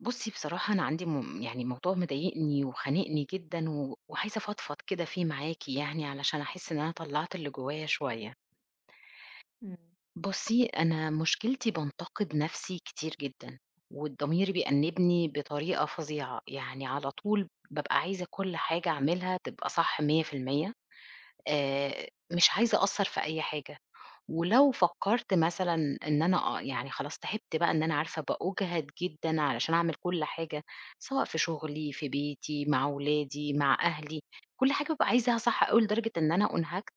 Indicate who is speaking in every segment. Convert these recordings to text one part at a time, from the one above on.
Speaker 1: بُصّي، بصراحة أنا عندي يعني موضوع مضايقني وخانقني جدًا و وعايزة أفضفض كده فيه معاكِ يعني علشان أحس إن أنا طلّعت اللي جوايا شوية.
Speaker 2: إمم،
Speaker 1: بُصّي، أنا مشكلتي بانتقد نَفْسي كتير جدًا، والضمير بيأنِّبني بطريقة فظيعة، يعني على طول بابقى عايزة كل حاجة أعملها تبقى صح 100%. مش عايزة أقصّر في أي حاجة. ولو فكّرت مثلًا إن أنا يعني خلاص تعبت بقى إن أنا عارفة باُجهد جدًا علشان أعمل كل حاجة، سواء في شغلي، في بيتي، مع ولادي، مع أهلي، كل حاجة بابقى عايزاها صح أوي لدرجة إن أنا أُنهكت،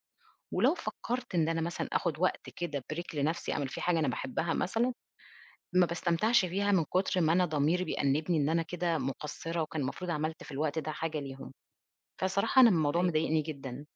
Speaker 1: ولو فكّرت إن أنا مثلًا آخُد وقت كده break لنَفْسي أعمل فيه حاجة أنا باحبها مثلًا، ما باستمتعش بيها من كُتر ما أنا ضميري بيأنِّبني إن أنا كده مقصّرة وكان المفروض عملت في الوقت ده حاجة ليهم، فصراحة أنا الموضوع
Speaker 2: أيوه،
Speaker 1: مضايقني جدًا.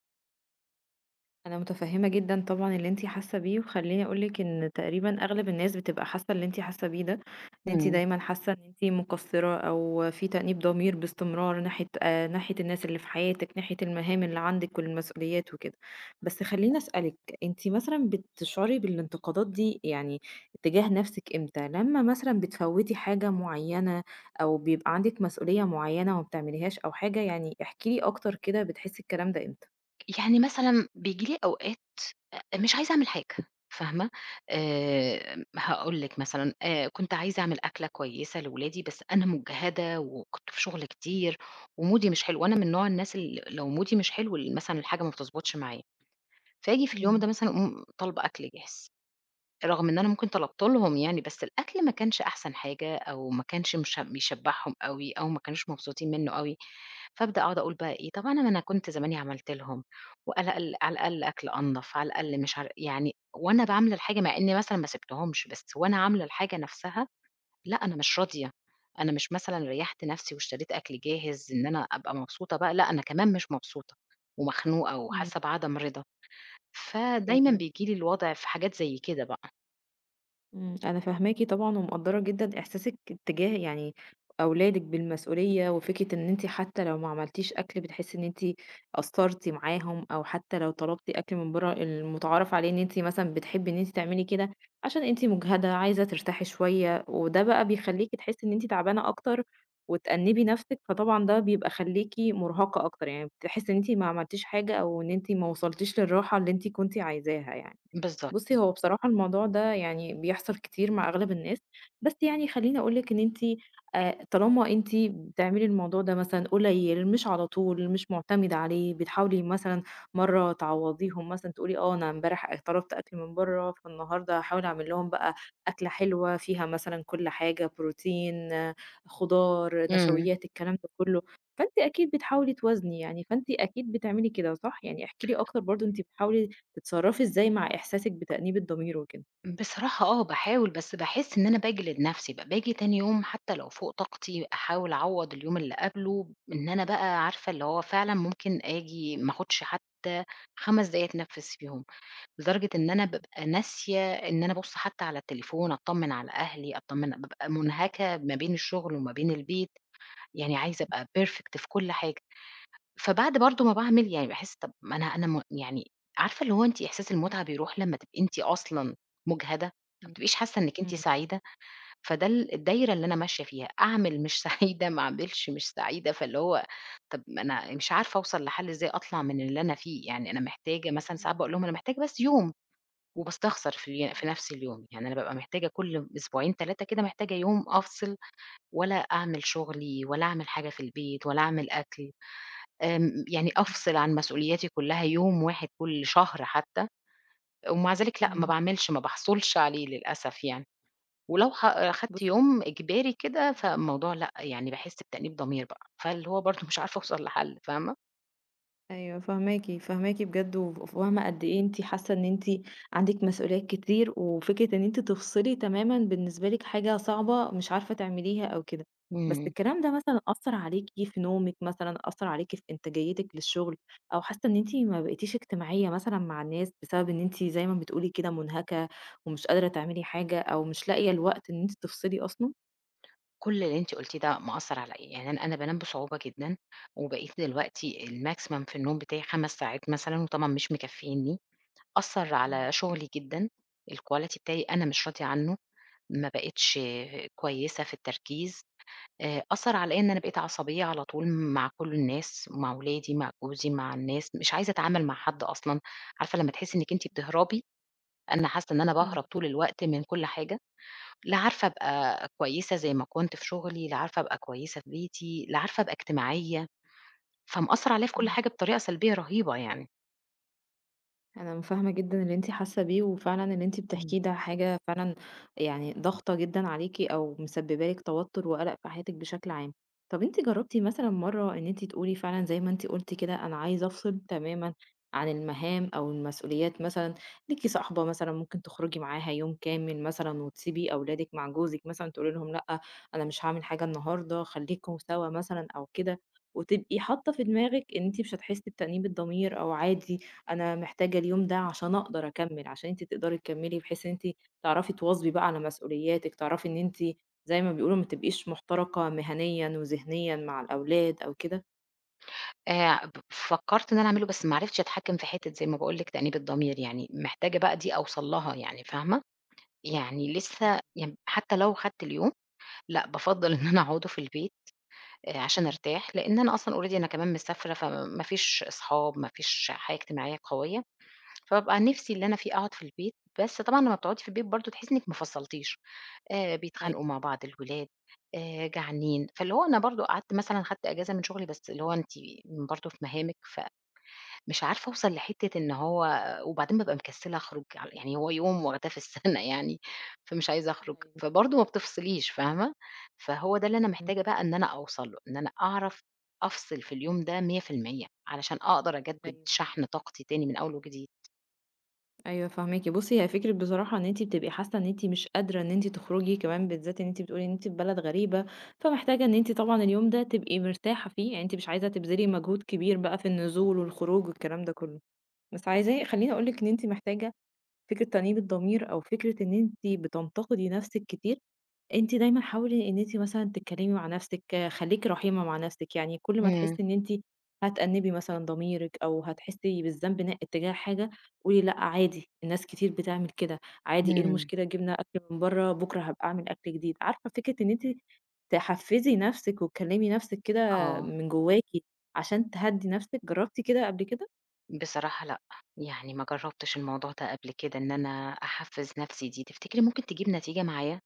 Speaker 2: أنا متفهمة جدًا طبعًا اللي أنتِ حاسة بيه، وخلّيني أقول لِك إن تقريبًا أغلب الناس بتبقى حاسة اللي أنتِ حاسة بيه ده، إن أنتِ
Speaker 1: إمم.
Speaker 2: دايمًا حاسة إن أنتِ مقصرة أو في تأنيب ضمير باستمرار ناحية الناس اللي في حياتِك، ناحية المهام اللي عندِك والمسؤوليات وكده. بس خلّيني أسألِك، أنتِ مثلًا بتشعري بالانتقادات دي يعني تجاه نفسِك إمتى؟ لمّا مثلًا بتفوّتي حاجة معينة أو بيبقى عندِك مسؤولية معينة وما بتعمليهاش أو حاجة؟ يعني احكي لي أكتر كده بتحسي الكلام ده إمتى؟
Speaker 1: يعني مثلًا بييجي لي أوقات مش عايزة أعمل حاجة، فاهمة؟ هاقول لِك مثلًا كنت عايزة أعمل أكلة كويسة لولادي، بس أنا مُجهدة وكنت في شغل كتير ومودي مش حلو، وأنا من نوع الناس لو مودي مش حلو مثلًا الحاجة ما بتضبطش معايا، فآجي في اليوم
Speaker 2: إمم.
Speaker 1: ده مثلًا أقوم طالبة أكل جاهز. رغم إن أنا ممكن طلبت لهم يعني، بس الأكل ما كانش أحسن حاجة أو ما كانش مش بيشبّعهم أوي أو ما كانوش مبسوطين منّه أوي، فابدأ أقعد أقول
Speaker 2: إمم.
Speaker 1: بقى إيه، طب أنا ما أنا كنت زماني عملت لهم وعلى الأقل على الأقل أكل أنضف، على الأقل مش عار يعني وأنا باعمل الحاجة مع إني مثلًا ما سِبتهمش، بس وأنا عاملة الحاجة نَفْسها لأ، أنا مش راضية، أنا مش مثلًا ريّحت نَفْسي واشتريت أكل جاهز إن أنا أبقى مبسوطة بقى، لأ، أنا كمان مش مبسوطة ومخنوقة
Speaker 2: إمم.
Speaker 1: وحاسة بعدم رضا، فدايمًا
Speaker 2: أيوه.
Speaker 1: بييجي لي الوضع في حاجات زي كده بقى.
Speaker 2: إمم. أنا فاهماكِ طبعًا ومقدّرة جدًا إحساسِك اتجاه يعني أولادِك بالمسؤولية وفكرة إن أنتِ حتى لو ما عملتيش أكل بتحسّي إن أنتِ قصّرتِ معاهم أو حتى لو طلبتِ أكل من برّه المُتعارف عليه إن أنتِ مثلًا بتحبّي إن أنتِ تعملي كده عشان أنتِ مُجهدة، عايزة ترتاحي شوية وده بقى بيخلّيكِ تحسّي إن أنتِ تعبانة أكتر وتأنِّبي نَفْسِك، فطبعًا ده بيبقى خلّيكِ مُرهَقة أكتر، يعني بتحسّي إن أنتِ ما عملتيش حاجة أو إن أنتِ ما وصلتيش للراحة اللي أنتِ كنتِ عايزاها يعني.
Speaker 1: بالضبط.
Speaker 2: بُصّي، هو بصراحة الموضوع ده يعني بيحصل كتير مع أغلب الناس، بس يعني خلّيني أقول لِك إن أنتِ طالما أنتِ بتعملي الموضوع ده مثلًا قليل، مش على طول، مش مُعتمدة عليه، بتحاولي مثلًا مرّة تعوّضيهم مثلًا تقولي أنا امبارح طلبت أكل من برّه، فالنهارده هاحاول أعمل لهم بقى أكلة حلوة فيها مثلًا كل حاجة، بروتين، خضار،
Speaker 1: إمم.
Speaker 2: نشويات، الكلام ده كُلّه، فأنتِ أكيد بتحاولي توازني يعني، فأنتِ أكيد بتعملي كده، صح؟ يعني احكي لي أكتر برضه أنتِ بتحاولي تتصرّفي إزاي مع إحساسِك بتأنيب الضمير وكده؟
Speaker 1: بصراحة باحاول، بس باحس إن أنا باجلد نَفْسي بقى، باجي تاني يوم حتى لو فوق طاقتي أحاول أعوّض اليوم اللي قبله، إن أنا بقى عارفة اللي هو فعلًا ممكن آجي ما آخُدش حتى 5 دقايق أتنفّس فيهم، لدرجة إن أنا بابقى ناسية إن أنا أبُص حتى على التليفون، أطمّن على أهلي، بابقى مُنهكة ما بين الشغل وما بين البيت، يعني عايزة أبقى perfect في كل حاجة. فبعد برضه ما باعمل يعني باحس طب ما أنا يعني عارفة اللي هو أنتِ إحساس المتعة بيروح لمّا تبقي أنتِ أصلًا مُجهدة، ما بتبقيش حاسة إنِّك أنتِ
Speaker 2: إمم.
Speaker 1: سعيدة، فده الدايرة اللي أنا ماشية فيها، أعمل مش سعيدة، ما أعملش مش سعيدة، فاللي هو طب ما أنا مش عارفة أوصل لحل إزاي أطلع من اللي أنا فيه، يعني أنا محتاجة مثلًا ساعات باقول
Speaker 2: إمم.
Speaker 1: لهم أنا محتاجة بس يوم وباستخسر في
Speaker 2: إمم.
Speaker 1: نَفْس اليوم، يعني أنا بابقى محتاجة كل أسبوعين 3 كده محتاجة يوم أفصل ولا أعمل شغلي ولا أعمل حاجة في البيت ولا أعمل أكل. يعني أفصل عن مسؤولياتي كلّها يوم واحد كل شهر حتى، ومع ذلك لأ، ما
Speaker 2: إمم.
Speaker 1: باعملش، ما باحصلش عليه للأسف يعني، ولو أخدت
Speaker 2: بُصّي
Speaker 1: يوم إجباري كده،
Speaker 2: أنا
Speaker 1: فالموضوع لأ، يعني باحس بتأنيب ضمير بقى، فاللي هو برضه مش عارفة أوصل لحل، فاهمة؟
Speaker 2: أيوه فاهماكِ، فاهماكِ بجد وفاهمة قد إيه أنتِ حاسة إن أنتِ عندِك مسؤوليات كتير، وفكرة إن أنتِ تفصلي تمامًا بالنسبة لِك حاجة صعبة مش عارفة تعمليها أو كده. بس
Speaker 1: إمم.
Speaker 2: الكلام ده مثلًا أثّر عليكِ في نومِك مثلًا، أثّر عليكِ في إنتاجيتِك للشغل، أو حاسة إن أنتِ ما بقيتيش اجتماعية مثلًا مع الناس بسبب إن أنتِ زي ما بتقولي كده منهكة ومش قادرة تعملي حاجة، أو مش لاقية الوقت إن أنتِ تفصلي أصلًا؟
Speaker 1: كل اللي أنتِ قُلتيه ده مأثّر عليَّ، يعني أنا بانام بصعوبة جدًا، وبقيت دلوقتي الmaximum في النوم بتاعي 5 ساعات مثلًا، وطبعًا مش مكفّينّي، أثّر
Speaker 2: إمم.
Speaker 1: على شغلي جدًا، الquality بتاعي أنا مش راضية عنه، ما بقيتش كويسة في التركيز، أثّر على إن أنا بقيت عصبية على طول مع كل الناس، مع ولادي، مع جوزي، مع الناس، مش عايزة أتعامل مع حد أصلًا، عارفة لمّا تحسّي إنِّك أنتِ بتهربي، أنا حاسّة إن أنا
Speaker 2: إمم،
Speaker 1: باهرب طول الوقت من كل حاجة، لا عارفة أبقى كويسة زي ما كنت في شغلي، لا عارفة أبقى كويسة في بيتي، لا عارفة أبقى اجتماعية، فمأثّر عليَّ في كل
Speaker 2: إمم.
Speaker 1: حاجة بطريقة سلبية رهيبة يعني.
Speaker 2: أنا متفاهمة جدًا اللي أنتِ حاسة بيه، وفعلًا اللي أنتِ
Speaker 1: إمم.
Speaker 2: بتحكيه ده حاجة فعلًا يعني ضاغطة جدًا عليكِ أو مسببة لِك توتر وقلق في حياتِك بشكل عام. طب أنتِ جربتِ مثلًا مرة إن أنتِ تقولي فعلًا زي ما أنتِ قلتِ كده أنا عايزة أفصل تمامًا عن المهام أو المسؤوليات مثلًا، ليكِ صاحبة مثلًا ممكن تخرجي معاها يوم كامل مثلًا وتسيبي أولادِك مع جوزِك مثلًا تقولي لهم لأ، أنا مش هاعمل حاجة النهارده خليكم سوا مثلًا أو كده، وتبقي حاطة في دماغِك إن أنتِ مش هتحسي بتأنيب الضمير أو عادي أنا محتاجة اليوم ده عشان أقدر أكمّل، عشان أنتِ تقدري تكمّلي بحيث إن أنتِ تعرفي تواظبي بقى على مسؤولياتِك، تعرفي إن أنتِ زي ما بيقولوا ما تبقيش مُحترقة مهنيًا وذهنيًا مع الأولاد أو كده.
Speaker 1: ب فكّرت إن أنا أعمله بس ما عرفتش أتحكّم في حتّة زي ما باقول لِك تأنيب الضمير يعني، محتاجة بقى دي أوصل لها يعني فاهمة؟ يعني
Speaker 2: إمم،
Speaker 1: لسه حتّى لو خدت اليوم لأ، بافضّل إن أنا أقعده في البيت عشان
Speaker 2: إمم،
Speaker 1: أرتاح، لإن أنا أصلًا already أنا كمان مسافرة، فما فيش أصحاب، ما فيش حياة اجتماعية قوية، فبابقى نِفْسي اللي أنا فيه أقعد في البيت، بس طبعًا لمّا بتقعدي في البيت برضه تحسّي إنِّك ما فصّلتيش، بيتخانقوا مع
Speaker 2: أيوه،
Speaker 1: بعض الولاد، جعانين، فاللي هو أنا برضه قعدت مثلًا خدت إجازة من شغلي، بس اللي هو أنتِ برضه في مهامِك مش عارفة أوصل لحتّة إن هو وبعدين بابقى مكسّلة أخرج، يعني هو يوم واخداه في السَنة يعني، فمش عايزة أخرج،
Speaker 2: أيوه،
Speaker 1: فبرضه ما بتفصليش فاهمة؟ فهو ده اللي أنا
Speaker 2: إمم،
Speaker 1: محتاجة بقى إن أنا أوصل له، إن أنا أعرف أفصل في اليوم ده 100% علشان أقدر أجدّد
Speaker 2: أيوه،
Speaker 1: شحن طاقتي تاني من أول وجديد.
Speaker 2: أيوه فاهماكِ. بُصّي، هي فكرة بصراحة إن أنتِ بتبقي حاسة إن أنتِ مش قادرة إن أنتِ تخرجي، كمان بالذات إن أنتِ بتقولي إن أنتِ في بلد غريبة، فمحتاجة إن أنتِ طبعًا اليوم ده تبقي مرتاحة فيه، يعني أنتِ مش عايزة تبذلي مجهود كبير بقى في النزول والخروج والكلام ده كلّه، بس عايزاه خلّيني أقول لِك إن أنتِ محتاجة فكرة تأنيب الضمير أو فكرة إن أنتِ بتنتقدي نفسِك كتير، أنتِ دايمًا حاولي إن أنتِ مثلًا تتكلمي مع نفسِك، خليكِ رحيمة مع نفسِك، يعني كل ما تحسي
Speaker 1: إمم،
Speaker 2: إن أنتِ هتأنبي مثلًا ضميرِك أو هتحسي بالذنب اتجاه حاجة، قولي لأ عادي، الناس كتير بتعمل كده، عادي إيه
Speaker 1: إمم.
Speaker 2: المشكلة جِبنا أكل من برّه، بُكرة هابقى أعمل أكل جديد، عارفة فكرة إن أنتِ تحفزي نفسِك وتكلمي نفسِك كده
Speaker 1: آه،
Speaker 2: من جواكِ عشان تهدّي نفسِك، جربتِ كده قبل كده؟
Speaker 1: بصراحة لأ، يعني ما جرّبتش الموضوع ده قبل كده إن أنا أحفّز نَفْسي دي، تفتكري ممكن تجيب نتيجة معايا؟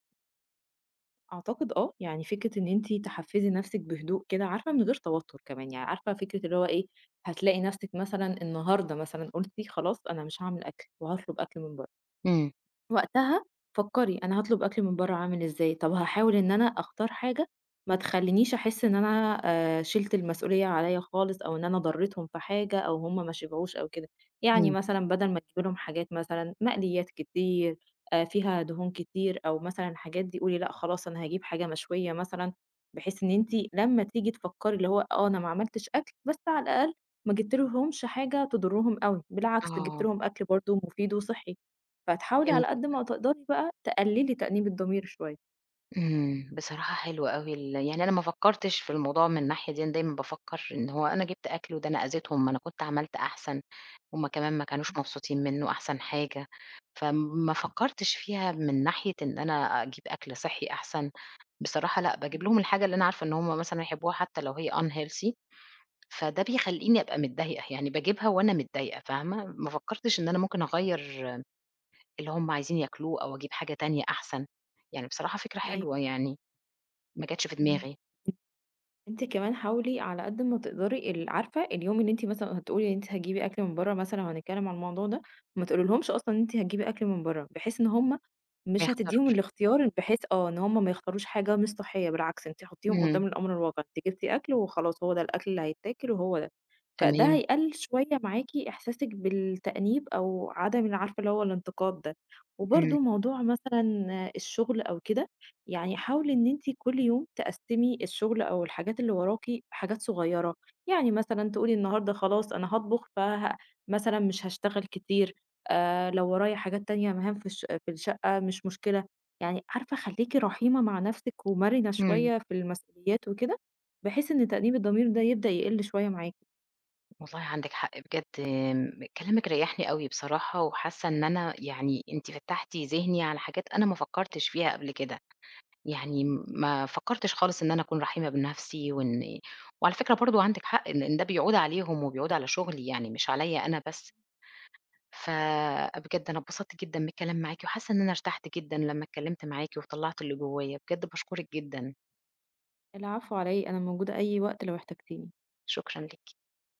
Speaker 2: أعتقد آه، يعني فكرة إن أنتِ تحفّزي نَفْسِك بهدوء كده عارفة من غير توتر كمان، يعني عارفة فكرة اللي هو إيه، هتلاقي نَفْسِك مثلًا النهارده مثلًا قُلتِ خلاص أنا مش هاعمل أكل وهاطلب أكل من برّه.
Speaker 1: إمم،
Speaker 2: وقتها فكّري أنا هاطلب أكل من برّه عامل إزاي، طب هاحاول إن أنا أختار حاجة ما تخلّينيش أحس إن أنا شِلت المسؤولية عليّا خالص أو إن أنا ضرّيتهم في حاجة أو هم ما شبعوش أو كده، يعني
Speaker 1: إمم.
Speaker 2: مثلًا بدل ما تجيبي لهم حاجات مثلًا مقليّات كتير فيها دهون كتير أو مثلًا الحاجات دي قولي لأ خلاص أنا هاجيب حاجة مشوية مثلًا، بحيث إن أنتِ لمّا تيجي تفكّري اللي هو أنا ما عملتش أكل، بس على الأقل ما جبت لهمش حاجة تضرّهم أوي، بالعكس جبت
Speaker 1: آه،
Speaker 2: لهم أكل برضه مفيد وصحّي. فتحاولي على قد
Speaker 1: فهمتِك.
Speaker 2: ما تقدري بقى تقللي تأنيب الضمير شوية.
Speaker 1: إمم، بصراحة حلو أوي يعني أنا ما فكّرتش في الموضوع من الناحية ديًا، دايمًا بافكّر إن هو أنا جِبت أكل وده أنا أذيتهم، ما أنا كنت عملت أحسن، هُم كمان ما كانوش مبسوطين منّه أحسن حاجة، فما فكّرتش فيها من ناحية إن أنا أجيب أكل صحّي أحسن، بصراحة لأ، باجيب
Speaker 2: إمم،
Speaker 1: لهم الحاجة اللي أنا عارفة إن هُم مثلًا هيحبوها حتى لو هي unhealthy، فده بيخلّيني أبقى متضايقة، يعني باجيبها وأنا متضايقة فاهمة، ما فكّرتش إن أنا ممكن أغيّر اللي هُم عايزين ياكلوه أو أجيب حاجة تانية أحسن، يعني بصراحة فكرة حلوة
Speaker 2: أيوه.
Speaker 1: يعني، ما جاتش في
Speaker 2: إمم.
Speaker 1: دماغي.
Speaker 2: أنتِ كمان حاولي على قد ما تقدري عارفة اليوم اللي أنتِ مثلًا هتقولي إن أنتِ هتجيبي أكل من برّه مثلًا لو هنتكلم على الموضوع ده، ما تقوليلهمش أصلًا إن أنتِ هتجيبي أكل من برّه، بحيث إن هُم
Speaker 1: ما
Speaker 2: مش هتدّيهم
Speaker 1: يختاروش،
Speaker 2: الاختيار بحيث إن هُم ما يختاروش حاجة مش صحية، بالعكس أنتِ حطيهم
Speaker 1: إمم،
Speaker 2: قدّام الأمر الواقع، أنتِ جبتِ أكل وخلاص هو ده الأكل اللي هيتاكل وهو ده، فده
Speaker 1: تمام،
Speaker 2: هيقلل شوية معاكِ إحساسِك بالتأنيب أو عدم عارفة اللي هو الانتقاد ده،
Speaker 1: إمم،
Speaker 2: وبرضه موضوع مثلًا الشغل أو كده يعني حاولي إن أنتِ كل يوم تقسّمي الشغل أو الحاجات اللي وراكِ حاجات صغيرة، يعني مثلًا تقولي النهارده خلاص أنا هاطبخ مثلًا مش هاشتغل كتير، لو ورايا حاجات تانية مهام في الشقة مش مشكلة، يعني عارفة خلّيكِ رحيمة مع نفسِك ومرنة
Speaker 1: إمم،
Speaker 2: شوية في المسؤوليات وكده، بحيث إن تأنيب الضمير ده يبدأ يقل شوية معاكِ.
Speaker 1: والله عندِك حق بجد كلامِك ريّحني أوي بصراحة، وحاسة إن أنا يعني أنتِ فتّحتِ ذهني على حاجات أنا ما فكّرتش فيها قبل كده، يعني ما فكّرتش خالص إن أنا أكون رحيمة بنَفْسي وعلى فكرة برضه عندِك حق إن ده بيعود عليهم وبيعود على شُغلي يعني مش عليّا أنا بس، فبجد أنا اتبسطت جدًا من الكلام معاكِ وحاسة إن أنا ارتحت جدًا لمّا اتكلّمت معاكِ وطلّعت اللي جوّايا، بجد باشكرِك جدًا،
Speaker 2: العفو على إيه، أنا موجودة أي وقت لو احتجتيني.
Speaker 1: شكرًا ليكِ.